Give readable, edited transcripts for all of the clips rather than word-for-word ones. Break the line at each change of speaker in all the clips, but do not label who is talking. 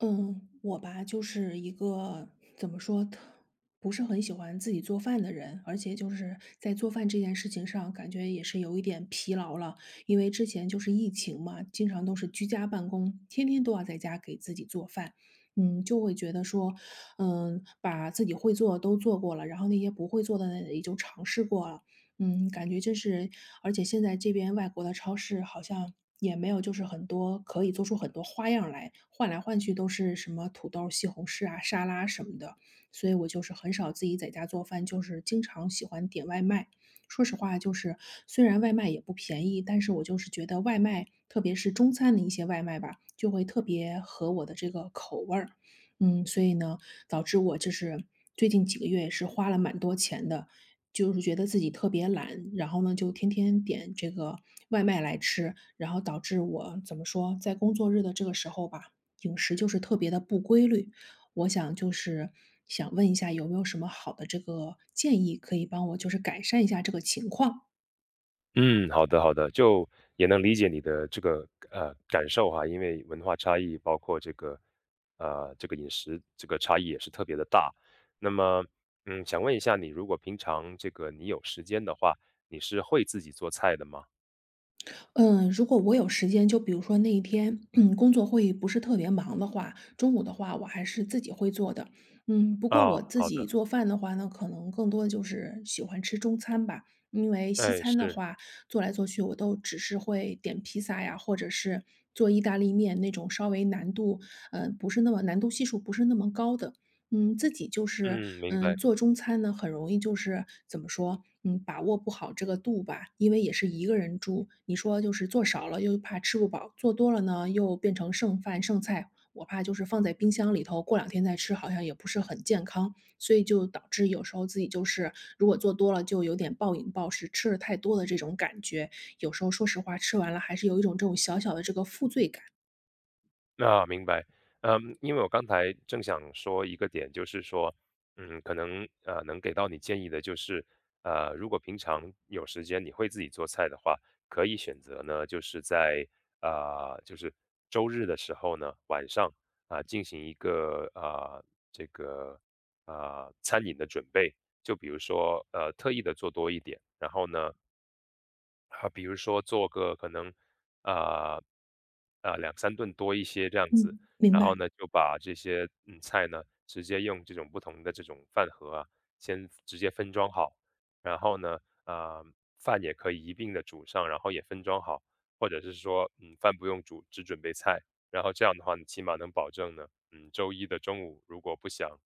嗯，我吧，就是一个怎么说，不是很喜欢自己做饭的人，而且就是在做饭这件事情上，感觉也是有一点疲劳了。因为之前就是疫情嘛，经常都是居家办公，天天都要在家给自己做饭，就会觉得说，把自己会做的都做过了，然后那些不会做的呢也就尝试过了，感觉这是而且现在这边外国的超市好像也没有就是很多可以做出很多花样来，换来换去都是什么土豆、西红柿啊、沙拉什么的，所以我就是很少自己在家做饭，就是经常喜欢点外卖。说实话，就是虽然外卖也不便宜，但是我就是觉得外卖，特别是中餐的一些外卖吧，就会特别合我的这个口味儿。所以呢，导致我就是最近几个月是花了蛮多钱的，就是觉得自己特别懒，然后呢，就天天点这个外卖来吃，然后导致我怎么说，在工作日的这个时候吧，饮食就是特别的不规律。我想就是想问一下，有没有什么好的这个建议可以帮我就是改善一下这个情况？
嗯，好的好的，就也能理解你的这个感受哈，因为文化差异，包括这个饮食这个差异也是特别的大。那么想问一下你，如果平常这个你有时间的话，你是会自己做菜的吗？
嗯，如果我有时间，就比如说那一天，工作会议不是特别忙的话，中午的话我还是自己会做的。不过
啊，
我自
好
己
的，
做饭的话呢，可能更多的就是喜欢吃中餐吧，因为西
哎，
餐的
是，
话做来做去，我都只是会点披萨呀，或者是做意大利面那种稍微难度，不是那么难度系数不是那么高的。自己就是，
嗯，明白。
做中餐呢，很容易就是怎么说，把握不好这个度吧，因为也是一个人住，你说就是做少了又怕吃不饱，做多了呢又变成剩饭剩菜，我怕就是放在冰箱里头，过两天再吃好像也不是很健康，所以就导致有时候自己就是如果做多了就有点暴饮暴食，吃了太多的这种感觉，有时候说实话吃完了还是有一种这种小小的这个负罪感。
啊，明白。因为我刚才正想说一个点，就是说，可能能给到你建议的就是，如果平常有时间你会自己做菜的话，可以选择呢，就是在就是周日的时候呢晚上进行一个这个餐饮的准备，就比如说特意的做多一点，然后呢比如说做个可能，啊，两三顿多一些这样子，
嗯，明
然
白。
后呢，就把这些，菜呢，直接用这种不同的这种饭盒啊，先直接分装好，然后呢，啊饭也可以一并的煮上，然后也分装好，或者是说，饭不用煮，只准备菜，然后这样的话，你起码能保证呢，周一的中午如果不想，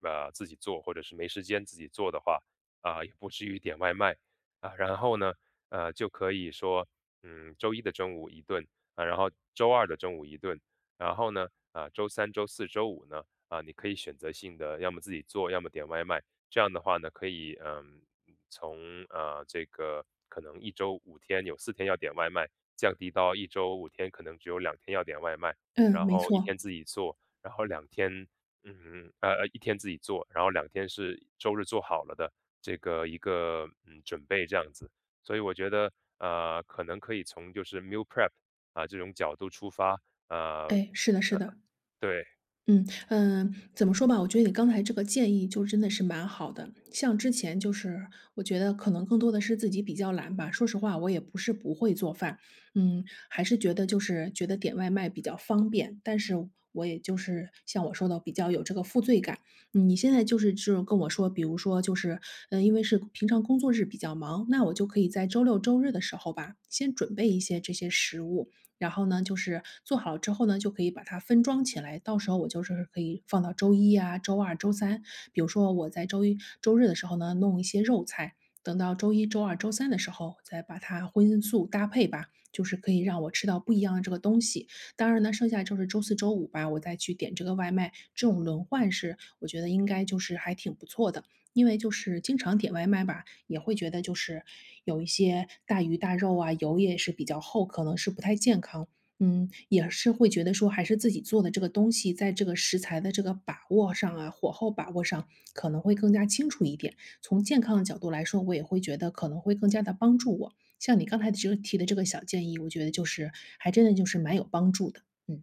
自己做，或者是没时间自己做的话，也不至于点外卖。然后呢就可以说，周一的中午一顿啊，然后周二的中午一顿，然后呢，周三、周四周五呢，你可以选择性的，要么自己做，要么点外卖。这样的话呢，可以，从这个可能一周五天有四天要点外卖，降低到一周五天可能只有两天要点外卖，
嗯，
然
没
后一
错。
天自己做，然后两天，一天自己做，然后两天是周日做好了的这个一个准备这样子。所以我觉得，可能可以从就是 meal prep 这种角度出发，呃，
哎，是的，是的。
对，
嗯嗯，怎么说吧，我觉得你刚才这个建议就真的是蛮好的。像之前就是，我觉得可能更多的是自己比较懒吧。说实话，我也不是不会做饭，还是觉得就是觉得点外卖比较方便。但是我也就是像我说的，比较有这个负罪感。你现在就是这种跟我说，比如说就是，因为是平常工作日比较忙，那我就可以在周六周日的时候吧，先准备一些这些食物，然后呢，就是做好了之后呢，就可以把它分装起来，到时候我就是可以放到周一啊、周二、周三。比如说我在周一、周日的时候呢，弄一些肉菜，等到周一周二、周三的时候再把它荤素搭配吧，就是可以让我吃到不一样的这个东西。当然呢，剩下就是周四周五吧，我再去点这个外卖，这种轮换是我觉得应该就是还挺不错的。因为就是经常点外卖吧，也会觉得就是有一些大鱼大肉啊，油也是比较厚，可能是不太健康。也是会觉得说还是自己做的这个东西，在这个食材的这个把握上啊，火候把握上可能会更加清楚一点。从健康的角度来说，我也会觉得可能会更加的帮助我。像你刚才的这个提的这个小建议，我觉得就是还真的就是蛮有帮助的，嗯。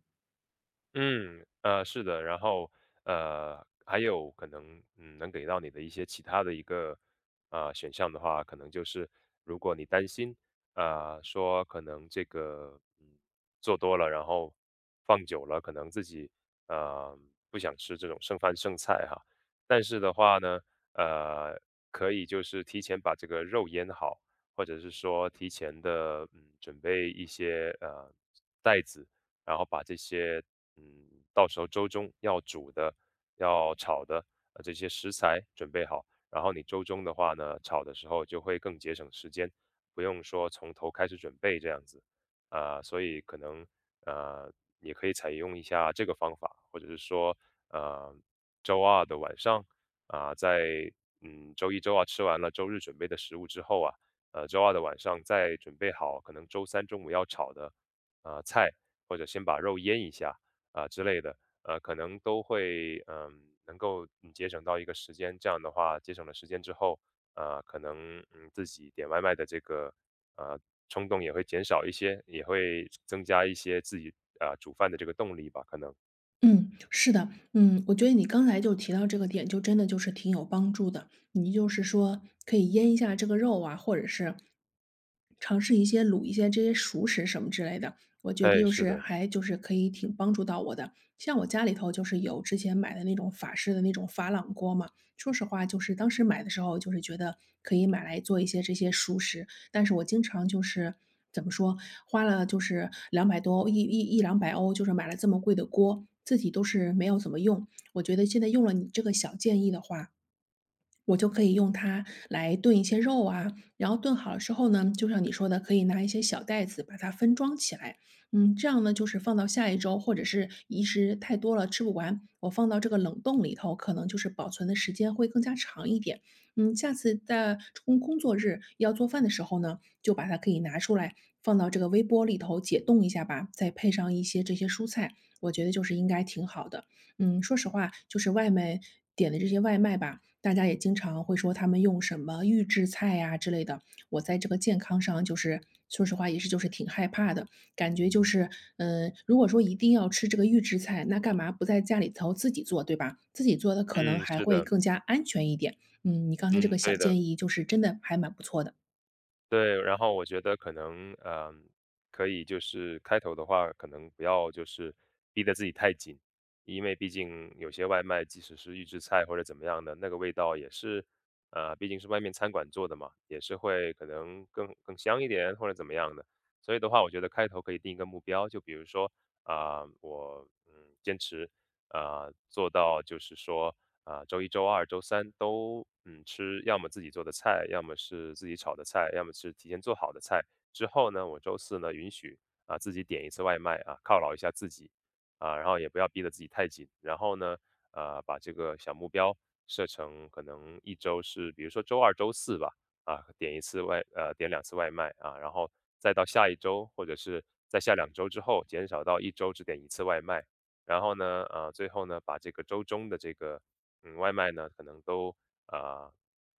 是的，然后，还有可能，能给到你的一些其他的一个，选项的话，可能就是如果你担心，说可能这个，做多了，然后放久了，可能自己，呃，不想吃这种剩饭剩菜哈，但是的话呢，呃，可以就是提前把这个肉腌好，或者是说提前的，准备一些，袋子。然后把这些嗯，到时候周中要煮的、要炒的，这些食材准备好，然后你周中的话呢，炒的时候就会更节省时间，不用说从头开始准备这样子，所以可能呃，也可以采用一下这个方法，或者是说呃，周二的晚上在周一周二吃完了周日准备的食物之后啊，周二的晚上再准备好可能周三中午要炒的菜，或者先把肉腌一下。之类的，可能都会能够节省到一个时间，这样的话节省了时间之后，可能自己点外卖的这个呃冲动也会减少一些，也会增加一些自己煮饭的这个动力吧，可能。
嗯，是的。嗯，我觉得你刚才就提到这个点，就真的就是挺有帮助的。你就是说可以腌一下这个肉啊，或者是尝试一些卤一些这些熟食什么之类的，我觉得
哎，
就
是
是
的，
还就是可以挺帮助到我的。像我家里头就是有之前买的那种法式的那种珐琅锅嘛，说实话就是当时买的时候就是觉得可以买来做一些这些熟食，但是我经常就是怎么说，花了就是200多欧一一一200欧，就是买了这么贵的锅，自己都是没有怎么用。我觉得现在用了你这个小建议的话，我就可以用它来炖一些肉啊，然后炖好了之后呢，就像你说的，可以拿一些小袋子把它分装起来。这样呢，就是放到下一周，或者是一时太多了吃不完，我放到这个冷冻里头，可能就是保存的时间会更加长一点。下次在工作日要做饭的时候呢，就把它可以拿出来，放到这个微波里头解冻一下吧，再配上一些这些蔬菜，我觉得就是应该挺好的。说实话，就是外卖点的这些外卖吧，大家也经常会说他们用什么预制菜呀、之类的。我在这个健康上，就是说实话，也是就是挺害怕的，感觉就是，如果说一定要吃这个预制菜，那干嘛不在家里头自己做，对吧？自己做的可能
嗯，
还
是
会
的，
更加安全一点。你刚才这个
嗯，
小
对的。
建议，就是真的还蛮不错的。
对，然后我觉得可能，可以就是开头的话，可能不要就是逼得自己太紧，因为毕竟有些外卖，即使是预制菜或者怎么样的，那个味道也是，毕竟是外面餐馆做的嘛，也是会可能更香一点或者怎么样的。所以的话，我觉得开头可以定一个目标，就比如说，我坚持，做到就是说，周一、周二、周三都吃，要么自己做的菜，要么是自己炒的菜，要么是提前做好的菜。之后呢，我周四呢允许自己点一次外卖啊，犒劳一下自己啊，然后也不要逼得自己太紧。然后呢，把这个小目标设成可能一周是，比如说周二、周四吧，点两次外卖啊，然后再到下一周或者是在下两周之后，减少到一周只点一次外卖。然后呢，最后呢，把这个周中的这个外卖呢，可能都呃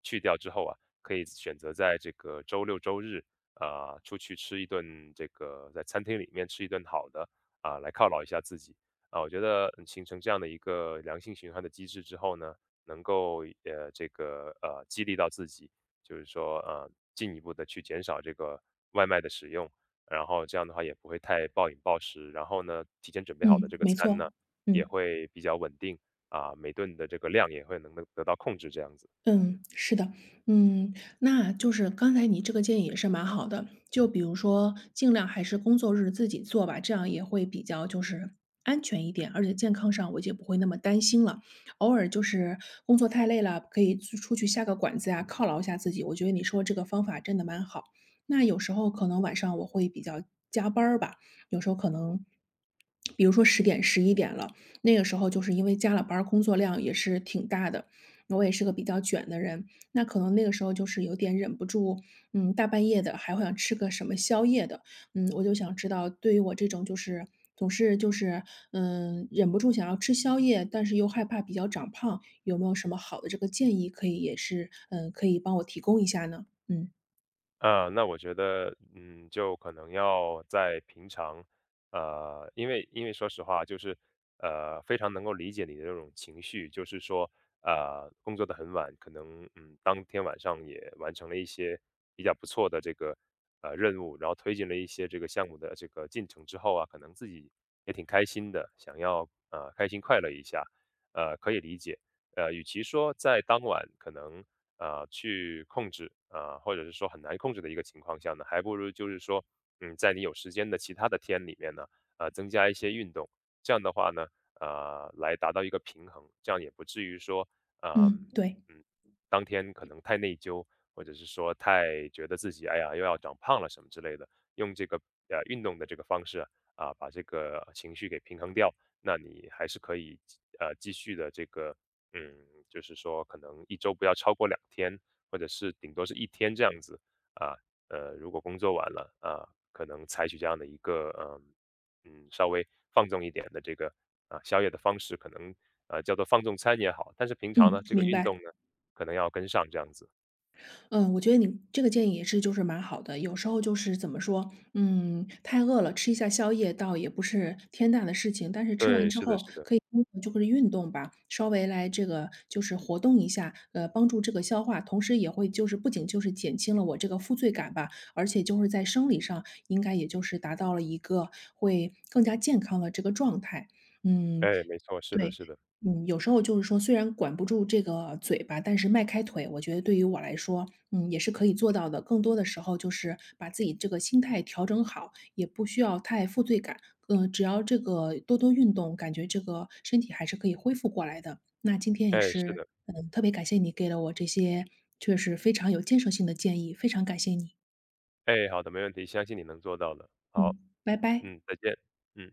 去掉之后可以选择在这个周六周日出去吃一顿这个在餐厅里面吃一顿好的来犒劳一下自己我觉得形成这样的一个良性循环的机制之后呢，能够这个激励到自己，就是说进一步的去减少这个外卖的使用，然后这样的话也不会太暴饮暴食，然后呢提前准备好的
嗯，
这个
没
餐呢
错。
也
嗯。
会比较稳定。啊，每顿的这个量也会能得到控制这样子。
嗯，是的。嗯，那就是刚才你这个建议也是蛮好的，就比如说尽量还是工作日自己做吧，这样也会比较就是安全一点，而且健康上我也不会那么担心了。偶尔就是工作太累了，可以出去下个馆子呀，犒劳一下自己。我觉得你说这个方法真的蛮好。那有时候可能晚上我会比较加班儿吧，有时候可能。比如说10点、11点了，那个时候就是因为加了班儿，工作量也是挺大的，我也是个比较卷的人，那可能那个时候就是有点忍不住，大半夜的还会想吃个什么宵夜的，我就想知道，对于我这种就是总是就是，忍不住想要吃宵夜，但是又害怕比较长胖，有没有什么好的这个建议可以也是，可以帮我提供一下呢？嗯
那我觉得，就可能要在平常，因为说实话，就是非常能够理解你的这种情绪，就是说，工作的很晚，可能当天晚上也完成了一些比较不错的这个任务，然后推进了一些这个项目的这个进程之后啊，可能自己也挺开心的，想要开心快乐一下，可以理解。与其说在当晚可能去控制或者是说很难控制的一个情况下呢，还不如就是说，在你有时间的其他的天里面呢，增加一些运动，这样的话呢，来达到一个平衡，这样也不至于说，呃、
嗯，对。
嗯，当天可能太内疚，或者是说太觉得自己哎呀又要长胖了什么之类的，用这个运动的这个方式啊，把这个情绪给平衡掉，那你还是可以继续的这个嗯，就是说可能一周不要超过两天，或者是顶多是一天这样子。啊，如果工作完了，可能采取这样的一个，稍微放纵一点的这个，宵夜的方式，可能，叫做放纵餐也好，但是平常
嗯，
呢，这个
明
运动
白。
呢，可能要跟上这样子。
嗯，我觉得你这个建议也是就是蛮好的。有时候就是怎么说，太饿了，吃一下宵夜倒也不是天大的事情，但是吃完
对，
之
是的
后
是的。
可以通过就是运动吧，稍微来这个就是活动一下，帮助这个消化，同时也会就是不仅就是减轻了我这个负罪感吧，而且就是在生理上应该也就是达到了一个会更加健康的这个状态。嗯，
哎，没错，是的
对。
是的。
有时候就是说，虽然管不住这个嘴巴，但是迈开腿，我觉得对于我来说，也是可以做到的。更多的时候就是把自己这个心态调整好，也不需要太负罪感。只要这个多多运动，感觉这个身体还是可以恢复过来的。那今天也
哎，是
是，
的。
特别感谢你给了我这些确实非常有建设性的建议，非常感谢你。
哎，好的，没问题，相信你能做到的。好，
嗯，拜拜。
嗯，再见，嗯。